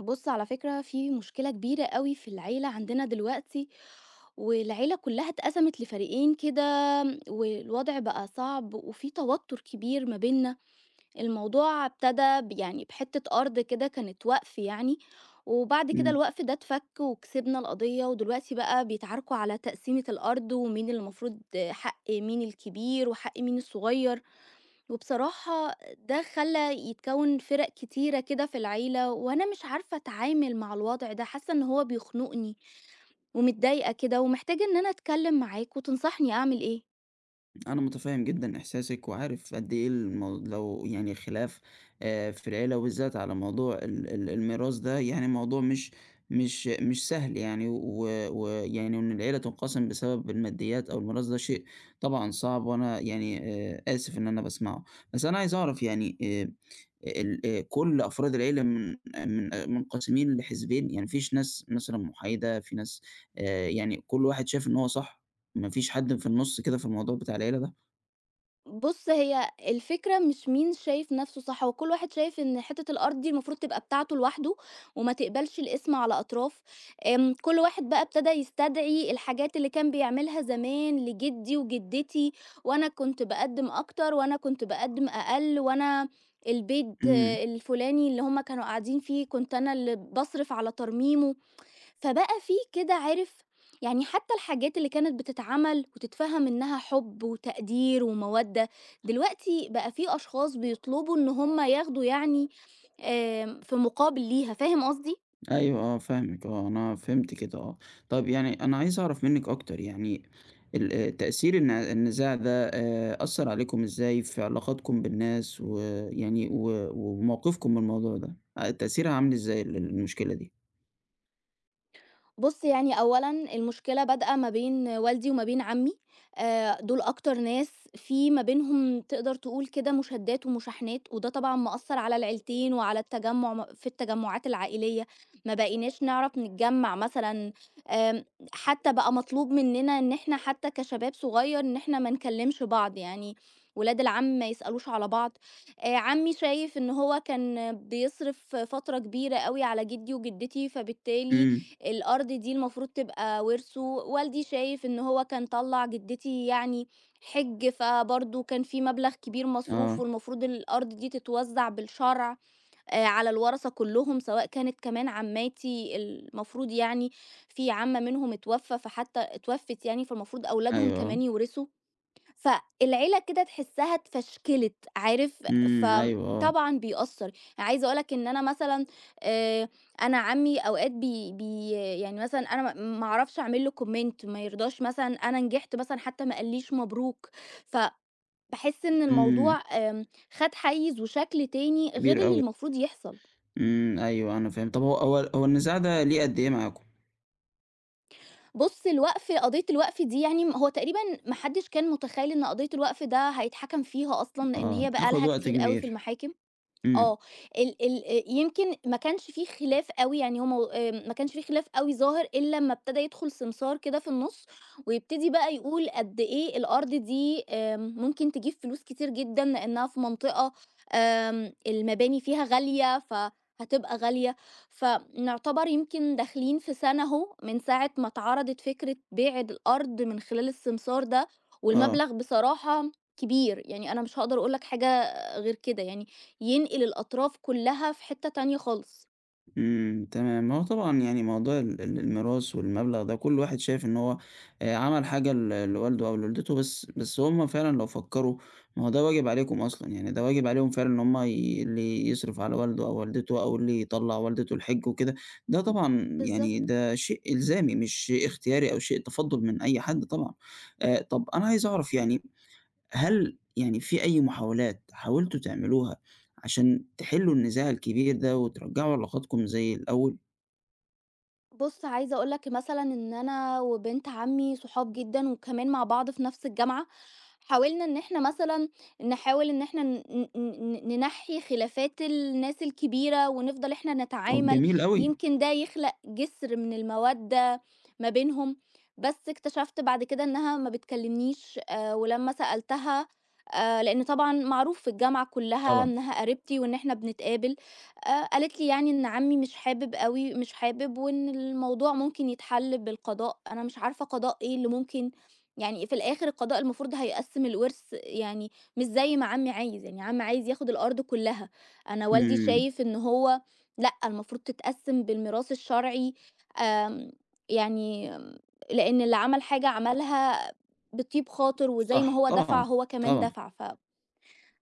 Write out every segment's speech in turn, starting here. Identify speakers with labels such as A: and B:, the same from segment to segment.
A: بُص، على فكرة في مشكلة كبيرة أوي في العيلة عندنا دلوقتي، والعيلة كلّها اتقسمت لفريقين كده، والوضع بقى صعب وفي توتر كبير ما بيننا. الموضوع ابتدى ب يعني بحتّة أرض كده كانت وَقْف يعني، وبعد كده
B: إمم،
A: الوقف ده اتفك وكسبنا القضية، ودلوقتي بقى بيتعاركوا على تقسيمة الأرض ومين اللي المفروض حق مين الكبير وحق مين الصغير. وبصراحة ده خلّى يتكوّن فِرَق كتيرة كده في العيلة، وأنا مش عارفة أتعامل مع الوضع ده، حاسة إن هو بيخنقني ومتضايقة كده، ومحتاجة إن أنا أتكلّم معاك وتنصحني أعمل إيه.
B: أنا متفهم جدًا إحساسِك، وعارف قد إيه لو يعني خلاف في العيلة وبالذات على موضوع ال ال الميراث ده يعني موضوع مش سهل يعني، ويعني و ويعني وإن العيلة تنقسم بسبب الماديات أو الميراث ده شيء طبعًا صعب، وأنا يعني آسف إن أنا باسمعه. بس أنا عايز أعرف يعني ال كل أفراد العيلة من منقسمين لحزبين؟ يعني ما فيش ناس مثلًا محايدة، في ناس يعني كل واحد شايف إن هو صح؟ ما فيش حد في النُص كده في الموضوع بتاع العيلة ده؟
A: بُص، هي الفكرة مش مين شايف نَفْسه صح، هو كل واحد شايف إن حتّة الأرض دي المفروض تبقى بتاعته لوحده وما تقبلش القسم على أطراف. كل واحد بقى ابتدى يستدعي الحاجات اللي كان بيعملها زمان لجدي وجدتي، وأنا كنت باقدّم أكتر وأنا كنت باقدّم أقل وأنا البيت
B: إمم.
A: الفلاني اللي هم كانوا قاعدين فيه كنت أنا اللي باصرف على ترميمه. فبقى في كده عارف، يعني حتى الحاجات اللي كانت بتتعمل وتتفهم إنها حب وتقدير ومودة، دلوقتي بقى في أشخاص بيطلبوا إن هم ياخدوا يعني في مقابل ليها، فاهم قصدي؟
B: أيوه، آه، فاهمِك. آه، أنا فهمت كده. آه. طَب يعني أنا عايز أعرف منِّك أكتر يعني ال تأثير النزاع ده أثّر عليكم إزاي في علاقاتكم بالناس ويعني و وموقفكم من الموضوع ده؟ تأثيرها عامل إزاي المشكلة دي؟
A: بُص، يعني أولًا المشكلة بادئة ما بين والدي وما بين عمي. دول أكتر ناس في ما بينهم تقدر تقول كده مشادات ومشاحنات، وده طبعًا مأثّر على العيلتين وعلى التجمُّع م في التجمُّعات العائلية، ما بقيناش نعرف نتجمّع مثلًا. آمم حتى بقى مطلوب مننا إن إحنا حتى كشباب صغير إن إحنا ما نكلّمش بعض، يعني ولاد العم ما يسألوش على بعض. عمي شايف إن هو كان بيصرف فترة كبيرة أوي على جدي وجدتي، فبالتالي
B: إمم.
A: الأرض دي المفروض تبقى ورثه، والدي شايف إن هو كان طلّع جدتي يعني حِج، فبرضه كان في مبلغ كبير مصروف
B: آه.
A: والمفروض الأرض دي تتوزّع بالشرع على الورثة كلّهم، سواء كانت كمان عمّاتي المفروض يعني في عمّة منهم اتوفّى، فحتى اتوفّت يعني، فالمفروض أولادهم
B: أيوه، آه.
A: كمان يورثوا. فالعيلة كده تحسّها اتفشكلت، عارف؟
B: إمم. أيوه، آه.
A: فطبعًا بيأثّر، يعني عايزة أقول لك إن أنا مثلًا، آآ، أنا عمي أوقات بي بي يعني مثلًا أنا ما أعرفش أعمل له comment، ما يرضاش مثلًا أنا نجحت مثلًا حتى ما قاليش مبروك، فباحس إن
B: إمم.
A: الموضوع خَد حيّز وشكل تاني غير
B: كبير
A: اللي
B: أوي.
A: المفروض يحصل.
B: إمم. أيوه، أنا فاهم. طَب هو النزاع ده ليه قد إيه معاكم؟
A: بُص الوقف، قضية الوقف دي يعني هو تقريبًا ما حدّش كان متخيّل إن قضية الوقف ده هيتحكم فيها أصلًا، لإن
B: آه،
A: هي بقى
B: بتاخد
A: لها
B: وقت
A: كتير أوي في
B: كبير.
A: المحاكم.
B: إمم.
A: آه. ال ال يمكن ما كانش في خلاف أوي، يعني هو مو آمم، ما كانش في خلاف أوي ظاهر إلّا أمّا ابتدى يدخل سمسار كده في النُص، ويبتدي بقى يقول قد إيه الأرض دي، ممكن تجيب فلوس كتير جدًا لإنّها في منطقة المباني فيها غالية، فهتبقى غالية، فنعتبر يمكن داخلين في سَنة أهو من ساعة ما اتعرضت فكرة بيع الأرض من خلال السمسار ده،
B: آه.
A: والمبلغ بصراحة كبير، يعني أنا مش هاقدر أقول لك حاجة غير كده، يعني ينقل الأطراف كلّها في حتّة تانية خالص.
B: إمم. تمام. هو طبعًا يعني موضوع ال ال الميراث والمبلغ ده كل واحد شايف إن هو عمل حاجة لوالده أو لوالدته بس هم فعلًا لو فكّروا ما هو ده واجب عليكم أصلًا، يعني ده واجب عليهم فعلًا إن هم اللي يصرف على والده أو والدته أو اللي يطلّع والدته الحِج وكده، ده طبعًا يعني
A: بالضبط.
B: ده شيء إلزامي مش شيء اختياري أو شيء تفضُّل من أي حد طبعًا. طَب أنا عايز أعرف يعني هل يعني في أي محاولات حاولتوا تعملوها عشان تحلّوا النزاع الكبير ده وترجّعوا علاقاتكم زي الأول؟
A: بُص، عايزة أقول لك مثلًا إن أنا وبنت عمي صحاب جدًا وكمان مع بعض في نفس الجامعة، حاولنا إن إحنا مثلًا نحاول إن إحنا ن ن ن ننحّي خلافات الناس الكبيرة ونفضل إحنا
B: طَب
A: نتعامل،
B: جميل أوي.
A: يمكن ده يخلق جسر من المَوَدّة ما بينهم، بس اكتشفت بعد كده إنها ما بتكلمنيش، ولمّا سألتها، لإن طبعًا معروف في الجامعة كلّها
B: طبعًا.
A: إنها قريبتي وإن إحنا بنتقابل. قالت لي يعني إن عمي مش حابب، وإن الموضوع ممكن يتحل بالقضاء. أنا مش عارفة قضاء إيه اللي ممكن يعني في الآخر القضاء المفروض هيقسّم الورث، يعني مش زي ما عمي عايز، يعني عمي عايز ياخد الأرض كلّها، أنا والدي
B: إمم.
A: شايف إن هو لأ، المفروض تتقسّم بالميراث الشرعي. آمم، يعني لإن اللي عمل حاجة عملها بطيب خاطر وزي ما
B: صح،
A: هو دفع
B: طبعًا.
A: هو كمان
B: طبعًا.
A: دفع ف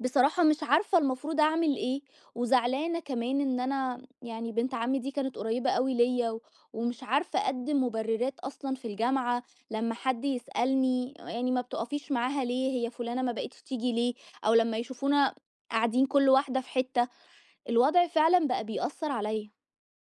A: بصراحة مش عارفة المفروض أعمل إيه، وزعلانة كمان إن أنا يعني بنت عمي دي كانت قريبة أوي ليّا، و ومش عارفة أقدّم مبررات أصلًا في الجامعة، لمّا حد يسألني يعني "ما بتقفيش معاها ليه؟ هي فلانة ما بقِتش تيجي ليه؟" أو لمّا يشوفونا قاعدين كل واحدة في حتّة، الوضع فعلًا بقى بيأثّر عليّا.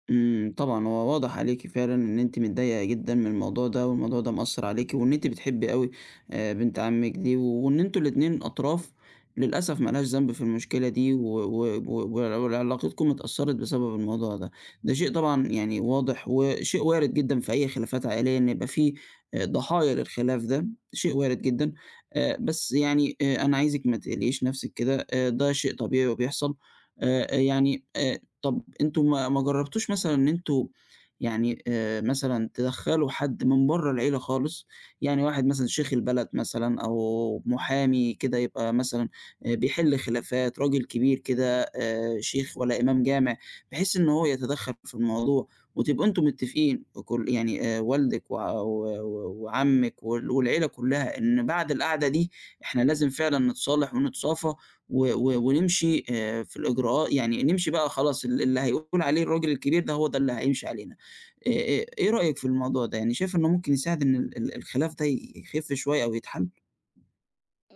B: طبعًا، هو واضح عليكِ فعلًا إن أنتِ متضايقة جدًا من الموضوع ده، والموضوع ده مأثّر عليكِ، وإن أنتِ بتحبي أوي بنت عمِّك دي، وإن أنتم الاتنين أطراف للأسف ما لهاش ذنب في المشكلة دي، و و و وعلاقتكم اتأثّرت بسبب الموضوع ده. ده شيء طبعًا يعني واضح وشيء وارد جدًا في أي خلافات عائلية إن يبقى في ضحايا للخلاف ده، شيء وارد جدًا. بس يعني أنا عايزِك ما تقلقيش نفسِك كده، ده شيء طبيعي وبيحصل. يعني طب أنتم ما جرّبتوش مثلًا إن أنتم يعني مثلًا تدخّلوا حد من برّه العيلة خالص، يعني واحد مثلًا شيخ البلد مثلًا أو محامي كده يبقى مثلًا بيحِل خلافات، راجل كبير كده شيخ والّا إمام جامع، بحيث إن هو يتدخّل في الموضوع وتبقوا أنتم متّفقين كل يعني والدِك وع و و وعمِّك والعيلة كُلّها إن بعد القعدة دي إحنا لازم فعلًا نتصالح ونتصافى و و ونمشي في الإجراء يعني نمشي بقى خلاص اللي هيقول عليه الراجل الكبير ده هو ده اللي هيمشي علينا. إيه رأيك في الموضوع ده؟ يعني شايف إنه ممكن يساعد إن ال ال الخلاف ده يخف شوية أو يتحل؟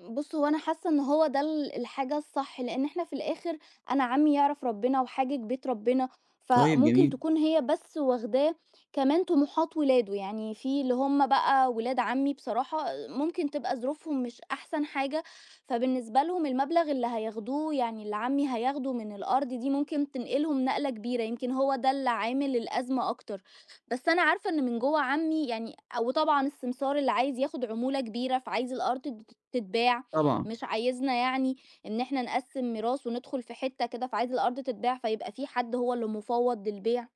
A: بُص، هو أنا حاسة إن هو ده الحاجة الصح، لإن إحنا في الآخر أنا عمي يعرف ربنا وحاجج بيت ربنا،
B: طيب
A: فممكن
B: جميل.
A: تكون هي بس واخداه كمان طموحات ولاده، يعني في اللي هم بقى ولاد عمي بصراحة ممكن تبقى ظروفهم مش أحسن حاجة، فبالنسبة لهم المبلغ اللي هياخدوه، يعني اللي عمي هياخده من الأرض دي ممكن تنقلهم نقلة كبيرة، يمكن هو ده اللي عامل الأزمة أكتر. بس أنا عارفة إن من جوّه عمّي يعني، وطبعًا السمسار اللي عايز ياخد عمولة كبيرة، فعايز الأرض تتباع،
B: طبعًا.
A: مش عايزنا يعني إن إحنا نقسّم ميراث وندخل في حتّة كده، فعايز الأرض تتباع، فيبقى في حد هو اللي مفوّض للبيع.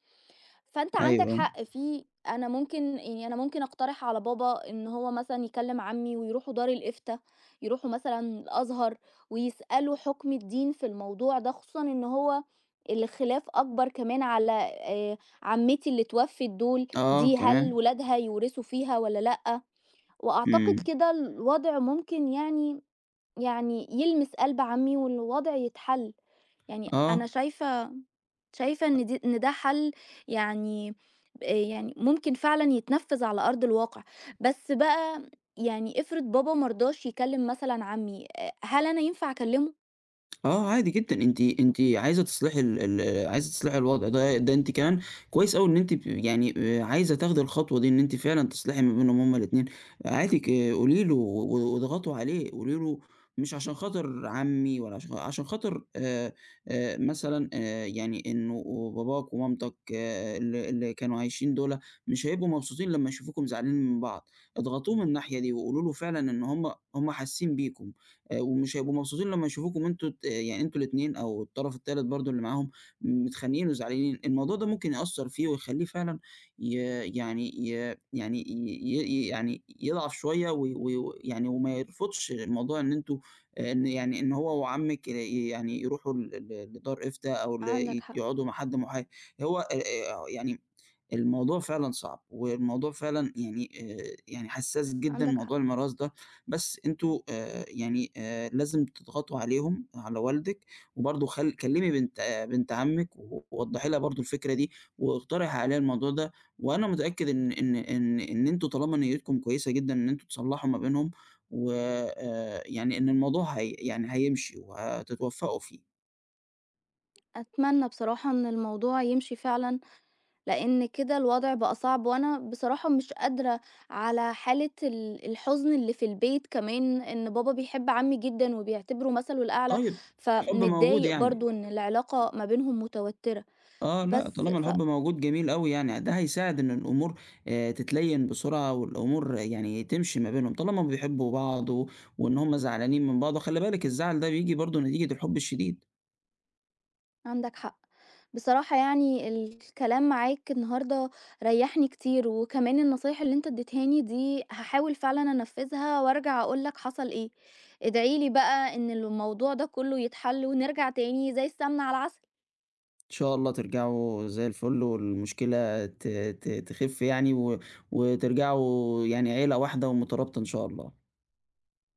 A: فأنت عندك
B: أيوه.
A: حق في أنا ممكن، يعني أنا ممكن أقترح على بابا إن هو مثلًا يكلم عمي ويروحوا دار الإفتاء، يروحوا مثلًا الأزهر ويسألوا حكم الدين في الموضوع ده، خصوصًا إن هو الخلاف أكبر كمان على آآ عمتي اللي اتوفت دول،
B: آه،
A: دي هل
B: كمان.
A: ولادها يورثوا فيها والّا لأ؟ وأعتقد
B: إمم.
A: كده الوضع ممكن يعني يعني يلمس قلب عمي والوضع يتحل، يعني أنا
B: آه.
A: شايفة، شايفة إن دي إن ده حل يعني ب يعني ممكن فعلًا يتنفّذ على أرض الواقع، بس بقى يعني افرض بابا ما رضاش يكلّم مثلًا عمي، هل أنا ينفع أكلّمه؟
B: آه، عادي جدًا. أنتِ عايزة تصلحي الوضع ده. ده أنتِ كمان كويس أوي إن أنتِ يعني عايزة تاخدي الخطوة دي إن أنتِ فعلًا تصلحي ما بينهم هُم الاتنين. عادي قولي له واضغطوا عليه، قولي له مش عشان خاطر عمي ولا عشان خاطر مثلًا يعني إنه باباك ومامتك اللي كانوا عايشين دُولة مش هيبقوا مبسوطين لمّا يشوفوكم زعلانين من بعض. اضغطوه من الناحية دي وقولوا له فعلًا إن هُم حاسين بيكم. ومش هيبقوا مبسوطين لمّا يشوفوكم أنتم ت يعني أنتم الاتنين أو الطرف التالت برضه اللي معاهم متخانقين وزعلانين. الموضوع ده ممكن يأثّر فيه ويخلّيه فعلًا ي يعني ي يعني ي ي يعني يضعف شوية و و ويعني وي... وي- يعني وما يرفضش موضوع إن هو وعمِّك يعني يروحوا ل ل لدار إفتاء أو ل
A: عندك
B: ي
A: حق.
B: يقعدوا مع حد محايد. هو يعني الموضوع فعلًا صعب، والموضوع فعلًا يعني يعني حساس جدًا
A: عندك حق.
B: موضوع الميراث ده. بس أنتم يعني لازم تضغطوا عليهم، على والدِك. وبرضه كلمي بنت عمِّك ووضّحي لها برضه الفكرة دي. واقترحي عليها الموضوع ده. وأنا متأكد إن أنتم طالما نيتكم كويسة جدًا إن أنتم تصلّحوا ما بينهم. و يعني إن الموضوع هي يعني هيمشي وهتتوفقوا فيه.
A: أتمنى بصراحة إن الموضوع يمشي فعلًا، لإن كده الوضع بقى صعب، وأنا بصراحة مش قادرة على حالة الحزن اللي في البيت كمان، إن بابا بيحب عمي جدًا وبيعتبره مثله الأعلى،
B: طيب. الحب موجود
A: فمتضايق
B: يعني.
A: برضه إن العلاقة ما بينهم متوتّرة،
B: آه، لأ،
A: بس
B: طالما
A: ف
B: الحب موجود جميل أوي يعني، ده هيساعد إن الأمور تتليّن بسرعة والأمور يعني تمشي ما بينهم، طالما بيحبّوا بعض وإن هُم زعلانين من بعض، وخلّي بالِك الزعل ده بييجي برضه نتيجة الحب الشديد.
A: عندك حق. بصراحة يعني الكلام معاك النهاردة ريحني كتير، وكمان النصايح اللي انت اديتهاني دي هحاول فعلا انفذها وارجع اقولك حصل ايه. ادعيلي بقى ان الموضوع ده كله يتحل ونرجع تاني زي السمنة على العسل.
B: إن شاء الله ترجعوا زي الفل والمشكلة ت ت تخِف يعني وترجعوا يعني عيلة واحدة ومترابطة إن شاء الله.